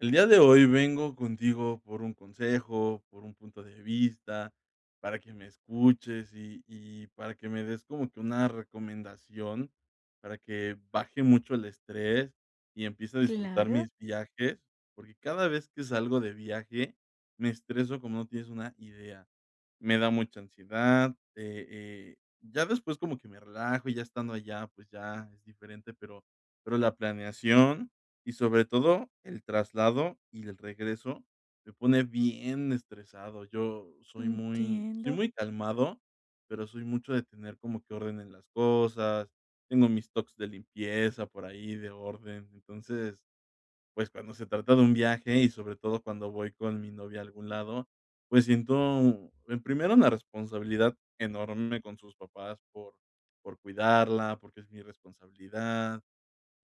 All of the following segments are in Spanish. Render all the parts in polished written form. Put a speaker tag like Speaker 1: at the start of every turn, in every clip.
Speaker 1: El día de hoy vengo contigo por un consejo, por un punto de vista, para que me escuches y para que me des como que una recomendación para que baje mucho el estrés y empiece a disfrutar
Speaker 2: Claro,
Speaker 1: mis viajes, porque cada vez que salgo de viaje me estreso como no tienes una idea. Me da mucha ansiedad. Ya después como que me relajo y ya estando allá, pues ya es diferente, pero la planeación y sobre todo el traslado y el regreso me pone bien estresado. Yo soy muy soy
Speaker 2: entiendo.
Speaker 1: muy calmado, pero soy mucho de tener como que orden en las cosas. Tengo mis toques de limpieza por ahí, de orden. Entonces, pues, cuando se trata de un viaje y sobre todo cuando voy con mi novia a algún lado, pues siento, primero una responsabilidad enorme con sus papás por cuidarla, porque es mi responsabilidad,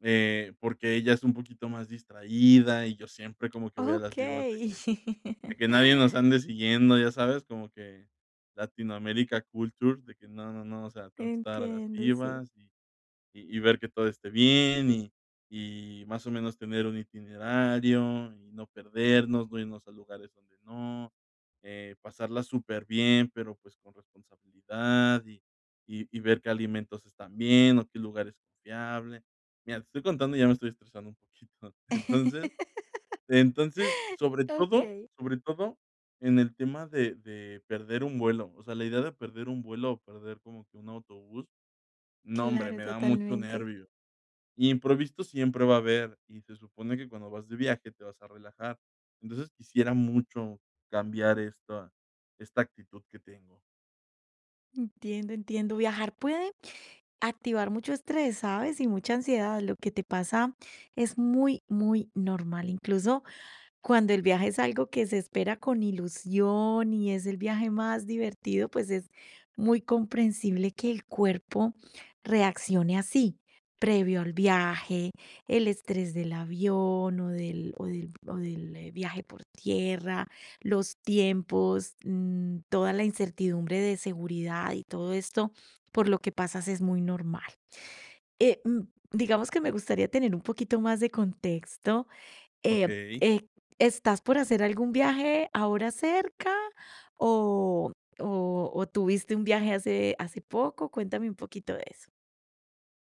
Speaker 1: porque ella es un poquito más distraída y yo siempre como que voy a las vivas de
Speaker 2: Okey.
Speaker 1: que nadie nos ande siguiendo, ya sabes, como que Latinoamérica Culture, de que no, no, no, o sea, tengo que estar a las
Speaker 2: Entiendo, sí.
Speaker 1: vivas y ver que todo esté bien, y más o menos tener un itinerario, y no perdernos, no irnos a lugares donde no, pasarla súper bien pero, pues, con responsabilidad, y ver qué alimentos están bien, o qué lugar es confiable. Mira, te estoy contando y ya me estoy estresando un poquito. Entonces entonces, sobre todo
Speaker 2: Okey,
Speaker 1: sobre todo en el tema de perder un vuelo, o sea, la idea de perder un vuelo, o perder como que un autobús, no, hombre,
Speaker 2: claro,
Speaker 1: me da mucho
Speaker 2: totalmente.
Speaker 1: nervio, y imprevisto siempre va a haber, y se supone que cuando vas de viaje te vas a relajar. Entonces, quisiera mucho cambiar esta actitud que tengo.
Speaker 2: Entiendo, entiendo. Viajar puede activar mucho estrés, ¿sabes? Y mucha ansiedad. Lo que te pasa es muy, muy normal. Incluso cuando el viaje es algo que se espera con ilusión y es el viaje más divertido, pues es muy comprensible que el cuerpo reaccione así, previo al viaje, el estrés del avión o del viaje por tierra, los
Speaker 1: Y.
Speaker 2: tiempos, toda la incertidumbre de seguridad y todo esto por lo que pasas es muy normal. Eh, mm, digamos que me gustaría tener un poquito más de contexto eh,
Speaker 1: Okey.
Speaker 2: eh, ¿estás por hacer algún viaje ahora cerca o o tuviste un viaje hace poco? Cuéntame un poquito de eso.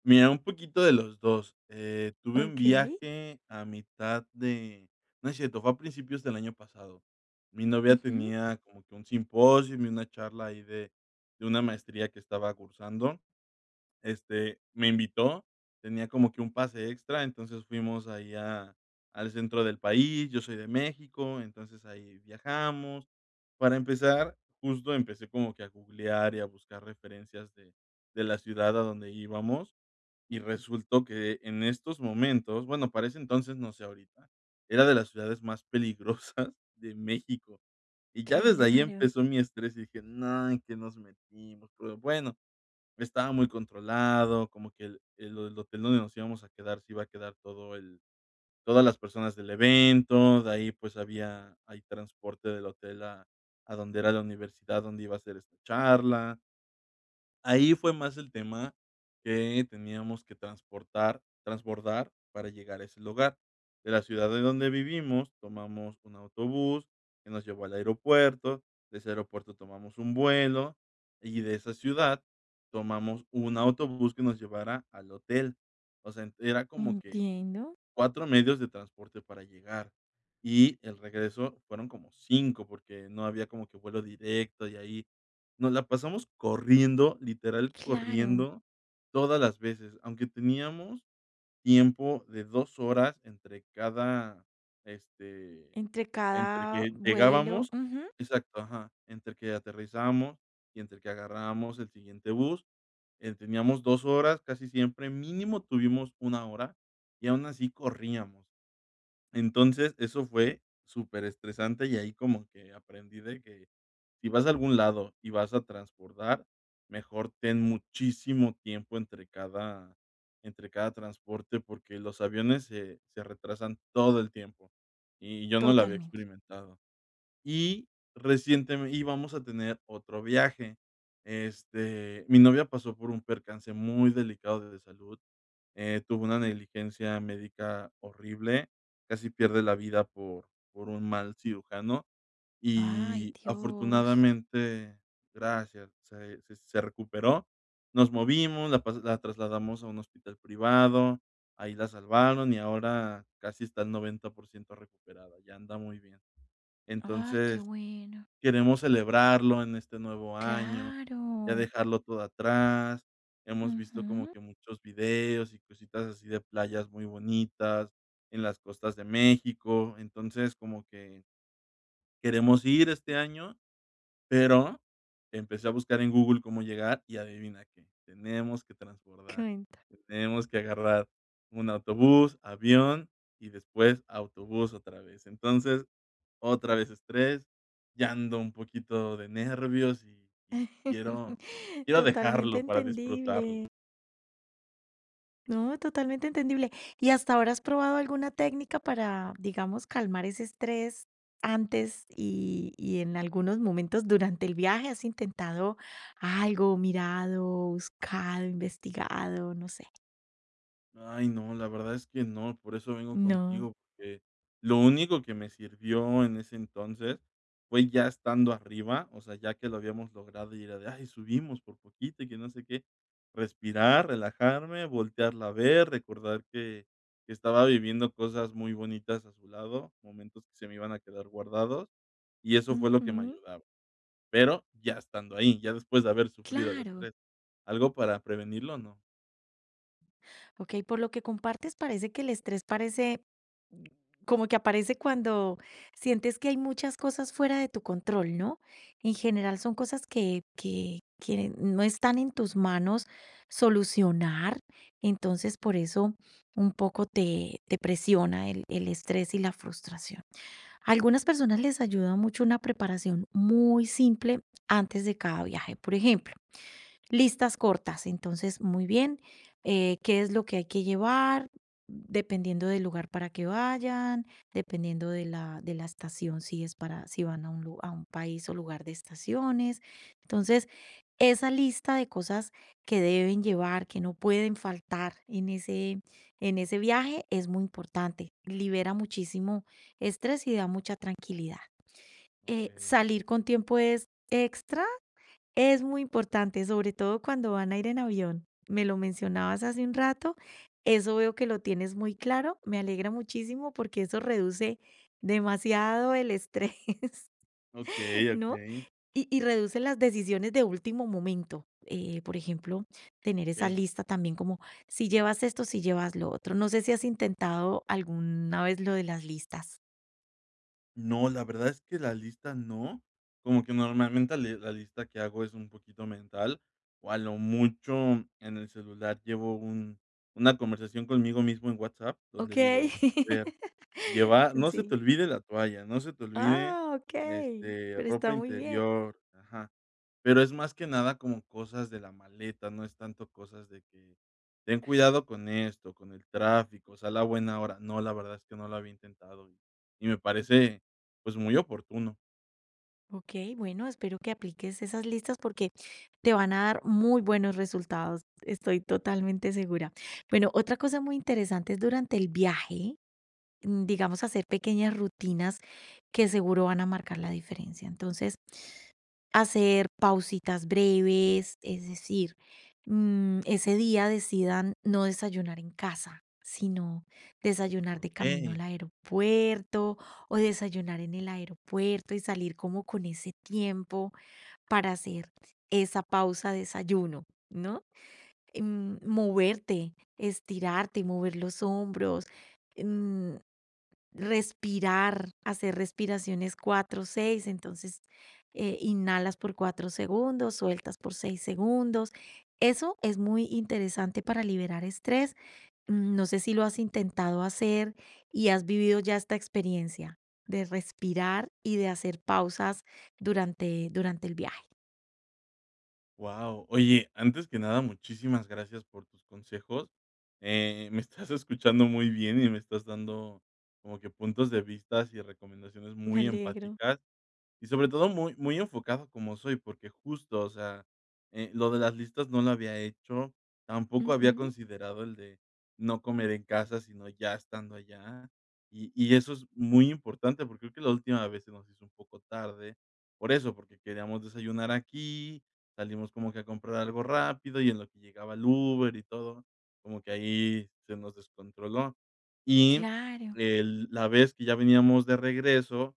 Speaker 1: Mira, un poquito de los dos. Tuve un
Speaker 2: Okey.
Speaker 1: viaje a mitad de, no es cierto, fue a principios del año pasado. Mi novia
Speaker 2: Ujú.
Speaker 1: tenía como que un simposio y una charla ahí de una maestría que estaba cursando. Este, me invitó, tenía como que un pase extra, entonces fuimos ahí a al centro del país, yo soy de México, entonces ahí viajamos. Para empezar, justo empecé como que a googlear y a buscar referencias de la ciudad a donde íbamos, y resultó que en estos momentos, bueno, para ese entonces, no sé ahorita, era de las ciudades más peligrosas de México. Y ya desde ahí
Speaker 2: Claro,
Speaker 1: empezó mi estrés y dije: "No, ¿en qué nos metimos?". Pero bueno, estaba muy controlado, como que el hotel donde nos íbamos a quedar se iba a quedar todo el todas las personas del evento, de ahí, pues, había hay transporte del hotel a donde era la universidad donde iba a ser esta charla. Ahí fue más el tema que teníamos que transportar transbordar para llegar a ese lugar. De la ciudad de donde vivimos, tomamos un autobús que nos llevó al aeropuerto, de ese aeropuerto tomamos un vuelo, y de esa ciudad tomamos un autobús que nos llevara al hotel. O sea, era como que
Speaker 2: entiendo.
Speaker 1: 4 medios de transporte para llegar, y el regreso fueron como 5 porque no había como que vuelo directo, y ahí nos la pasamos corriendo, literal
Speaker 2: Claro,
Speaker 1: corriendo, todas las veces, aunque teníamos tiempo de 2 horas entre cada, este,
Speaker 2: entre
Speaker 1: entre
Speaker 2: cada
Speaker 1: que
Speaker 2: vuelo.
Speaker 1: llegábamos,
Speaker 2: Ujú,
Speaker 1: exacto, ajá, entre que aterrizamos y entre que agarrábamos el siguiente bus, teníamos 2 horas, casi siempre mínimo tuvimos 1 hora y aún así corríamos. Entonces, eso fue súper estresante y ahí como que aprendí de que si vas a algún lado y vas a transbordar, mejor ten muchísimo tiempo entre cada transporte, porque los aviones se retrasan todo el tiempo, y yo no lo había
Speaker 2: totalmente.
Speaker 1: experimentado. Y recientemente y vamos a tener otro viaje. Este, mi novia pasó por un percance muy delicado de salud, tuvo una negligencia médica horrible, casi pierde la vida por un mal cirujano
Speaker 2: Ay,
Speaker 1: y
Speaker 2: Dios.
Speaker 1: afortunadamente gracias, se recuperó, nos movimos, la trasladamos a un hospital privado, ahí la salvaron y ahora casi está al 90% recuperada, ya anda muy bien.
Speaker 2: Ay, qué
Speaker 1: Entonces,
Speaker 2: bueno.
Speaker 1: queremos celebrarlo en este nuevo año, ya
Speaker 2: Claro.
Speaker 1: dejarlo todo atrás. Hemos visto como
Speaker 2: Ujú.
Speaker 1: que muchos videos y cositas así de playas muy bonitas en las costas de México. Entonces, como que queremos ir este año, pero empecé a buscar en Google cómo llegar y adivina qué, tenemos que transbordar,
Speaker 2: Cuenta.
Speaker 1: tenemos que agarrar un autobús, avión y después autobús otra vez. Entonces, otra vez estrés, ya ando un poquito de nervios y quiero quiero
Speaker 2: Totalmente
Speaker 1: dejarlo para disfrutarlo.
Speaker 2: entendible. No, totalmente entendible. ¿Y hasta ahora has probado alguna técnica para, digamos, calmar ese estrés antes y en algunos momentos durante el viaje? ¿Has intentado algo, mirado, buscado, investigado? No sé.
Speaker 1: Ay, no, la verdad es que no, por eso vengo
Speaker 2: No.
Speaker 1: contigo, porque lo único que me sirvió en ese entonces fue ya estando arriba, o sea, ya que lo habíamos logrado y era de, ay, subimos por poquito y que no sé qué, respirar, relajarme, voltearla a ver, recordar que estaba viviendo cosas muy bonitas a su lado, momentos que se me iban a quedar guardados, y eso fue lo que me
Speaker 2: Ujú.
Speaker 1: ayudaba, pero ya estando ahí, ya después de haber sufrido el
Speaker 2: Claro,
Speaker 1: estrés, algo para prevenirlo, no.
Speaker 2: ok, por lo que compartes, parece que el estrés parece, mm, como que aparece cuando sientes que hay muchas cosas fuera de tu control, ¿no? En general son cosas que no están en tus manos solucionar, entonces por eso un poco te presiona el estrés y la frustración. A algunas personas les ayuda mucho una preparación muy simple antes de cada viaje, por ejemplo, listas cortas, entonces, muy bien. ¿Qué es lo que hay que llevar? Dependiendo del lugar para que vayan, dependiendo de la estación, si es para, si van a un, a un país o lugar de estaciones. Entonces, esa lista de cosas que deben llevar, que no pueden faltar en ese viaje, es muy importante. Libera muchísimo estrés y da mucha tranquilidad.
Speaker 1: Ok,
Speaker 2: Salir con tiempo es muy importante, sobre todo cuando van a ir en avión. Me lo mencionabas hace un rato, eso veo que lo tienes muy claro, me alegra muchísimo porque eso reduce demasiado el estrés,
Speaker 1: ok,
Speaker 2: ¿no?
Speaker 1: ok.
Speaker 2: Y reduce las decisiones de último momento. Por ejemplo, tener esa
Speaker 1: Okey.
Speaker 2: lista también como si llevas esto, si llevas lo otro. No sé si has intentado alguna vez lo de las listas.
Speaker 1: No, la verdad es que la lista no, como que normalmente le la lista que hago es un poquito mental, o a lo mucho en el celular llevo un una conversación conmigo mismo en WhatsApp,
Speaker 2: Ok.
Speaker 1: donde digo, a ver, llevar, no se te
Speaker 2: Sí.
Speaker 1: olvide la toalla, no se te olvide,
Speaker 2: Ah, ok.
Speaker 1: este,
Speaker 2: Pero
Speaker 1: ropa
Speaker 2: está muy bien.
Speaker 1: interior, ajá. Pero es más que nada como cosas de la maleta, no es tanto cosas de que ten cuidado con esto, con el tráfico, sal a buena hora. No, la verdad es que no lo había intentado y me parece, pues, muy oportuno.
Speaker 2: Ok, bueno, espero que apliques esas listas porque te van a dar muy buenos resultados, estoy totalmente segura. Bueno, otra cosa muy interesante es durante el viaje, digamos, hacer pequeñas rutinas que seguro van a marcar la diferencia. Entonces, hacer pausitas breves, es decir, ese día decidan no desayunar en casa, sino desayunar de camino
Speaker 1: Okey.
Speaker 2: al aeropuerto o desayunar en el aeropuerto y salir como con ese tiempo para hacer esa pausa desayuno, ¿no? Moverte, estirarte, mover los hombros. mm, Respirar, hacer respiraciones 4, 6, entonces, inhalas por 4 segundos, sueltas por 6 segundos. Eso es muy interesante para liberar estrés. No sé si lo has intentado hacer y has vivido ya esta experiencia de respirar y de hacer pausas durante el viaje.
Speaker 1: Wow, oye, antes que nada, muchísimas gracias por tus consejos. Me estás escuchando muy bien y me estás dando como que puntos de vistas y recomendaciones
Speaker 2: Me
Speaker 1: muy
Speaker 2: alegro.
Speaker 1: empáticas. Y sobre todo muy muy enfocado como soy, porque justo, o sea, lo de las listas no lo había hecho, tampoco había
Speaker 2: Ujú,
Speaker 1: considerado el de no comer en casa, sino ya estando allá. Y eso es muy importante, porque creo que la última vez se nos hizo un poco tarde, por eso, porque queríamos desayunar aquí, salimos como que a comprar algo rápido y en lo que llegaba el Uber y todo, como que ahí se nos descontroló. Y
Speaker 2: claro.
Speaker 1: el la vez que ya veníamos de regreso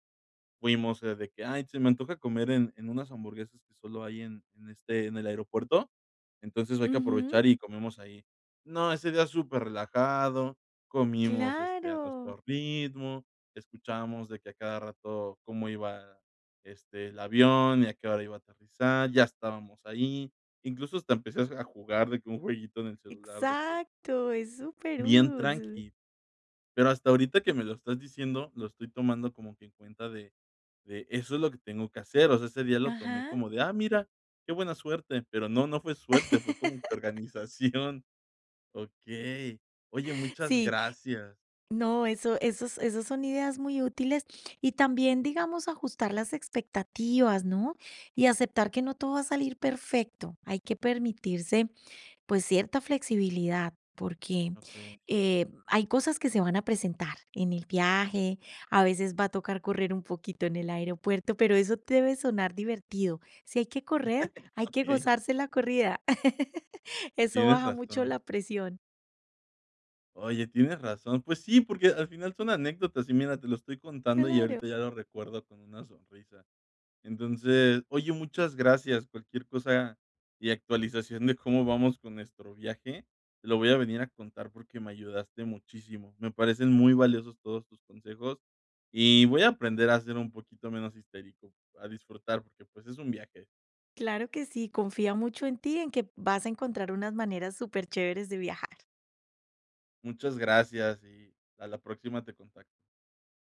Speaker 1: fuimos, de que: "Ay, se me antoja comer en unas hamburguesas que solo hay en el aeropuerto, entonces hay que
Speaker 2: Ujú,
Speaker 1: aprovechar y comemos ahí". No, ese día súper relajado comimos, este, a
Speaker 2: claro.
Speaker 1: nuestro ritmo, escuchamos de que a cada rato cómo iba, este, el avión y a qué hora iba a aterrizar, ya estábamos ahí. Incluso hasta empecé a jugar de que un jueguito en el celular de que
Speaker 2: Exacto, es súper
Speaker 1: bien
Speaker 2: útil.
Speaker 1: tranqui. Pero hasta ahorita que me lo estás diciendo, lo estoy tomando como que en cuenta de eso es lo que tengo que hacer. O sea, ese día lo tomé
Speaker 2: Ajá.
Speaker 1: como de: "Ah, mira, qué buena suerte", pero no, no fue suerte, fue como que organización. Okey. Oye, muchas
Speaker 2: Sí,
Speaker 1: gracias.
Speaker 2: no, eso, esos son ideas muy útiles y también, digamos, ajustar las expectativas, ¿no? Y aceptar que no todo va a salir perfecto. Hay que permitirse, pues, cierta flexibilidad, porque
Speaker 1: Okey,
Speaker 2: hay cosas que se van a presentar en el viaje, a veces va a tocar correr un poquito en el aeropuerto, pero eso debe sonar divertido. Si hay que correr, hay que
Speaker 1: okey,
Speaker 2: gozarse la corrida. Eso
Speaker 1: tienes
Speaker 2: baja mucho
Speaker 1: razón.
Speaker 2: la presión.
Speaker 1: Oye, tienes razón. Pues sí, porque al final son anécdotas y mira, te lo estoy contando y
Speaker 2: Claro.
Speaker 1: ahorita ya lo recuerdo con una sonrisa. Entonces, oye, muchas gracias. Cualquier cosa y actualización de cómo vamos con nuestro viaje, te lo voy a venir a contar porque me ayudaste muchísimo. Me parecen muy valiosos todos tus consejos y voy a aprender a ser un poquito menos histérico, a disfrutar porque pues es un viaje.
Speaker 2: Claro que sí, confía mucho en ti, en que vas a encontrar unas maneras súper chéveres de viajar.
Speaker 1: Muchas gracias y a la próxima te contacto.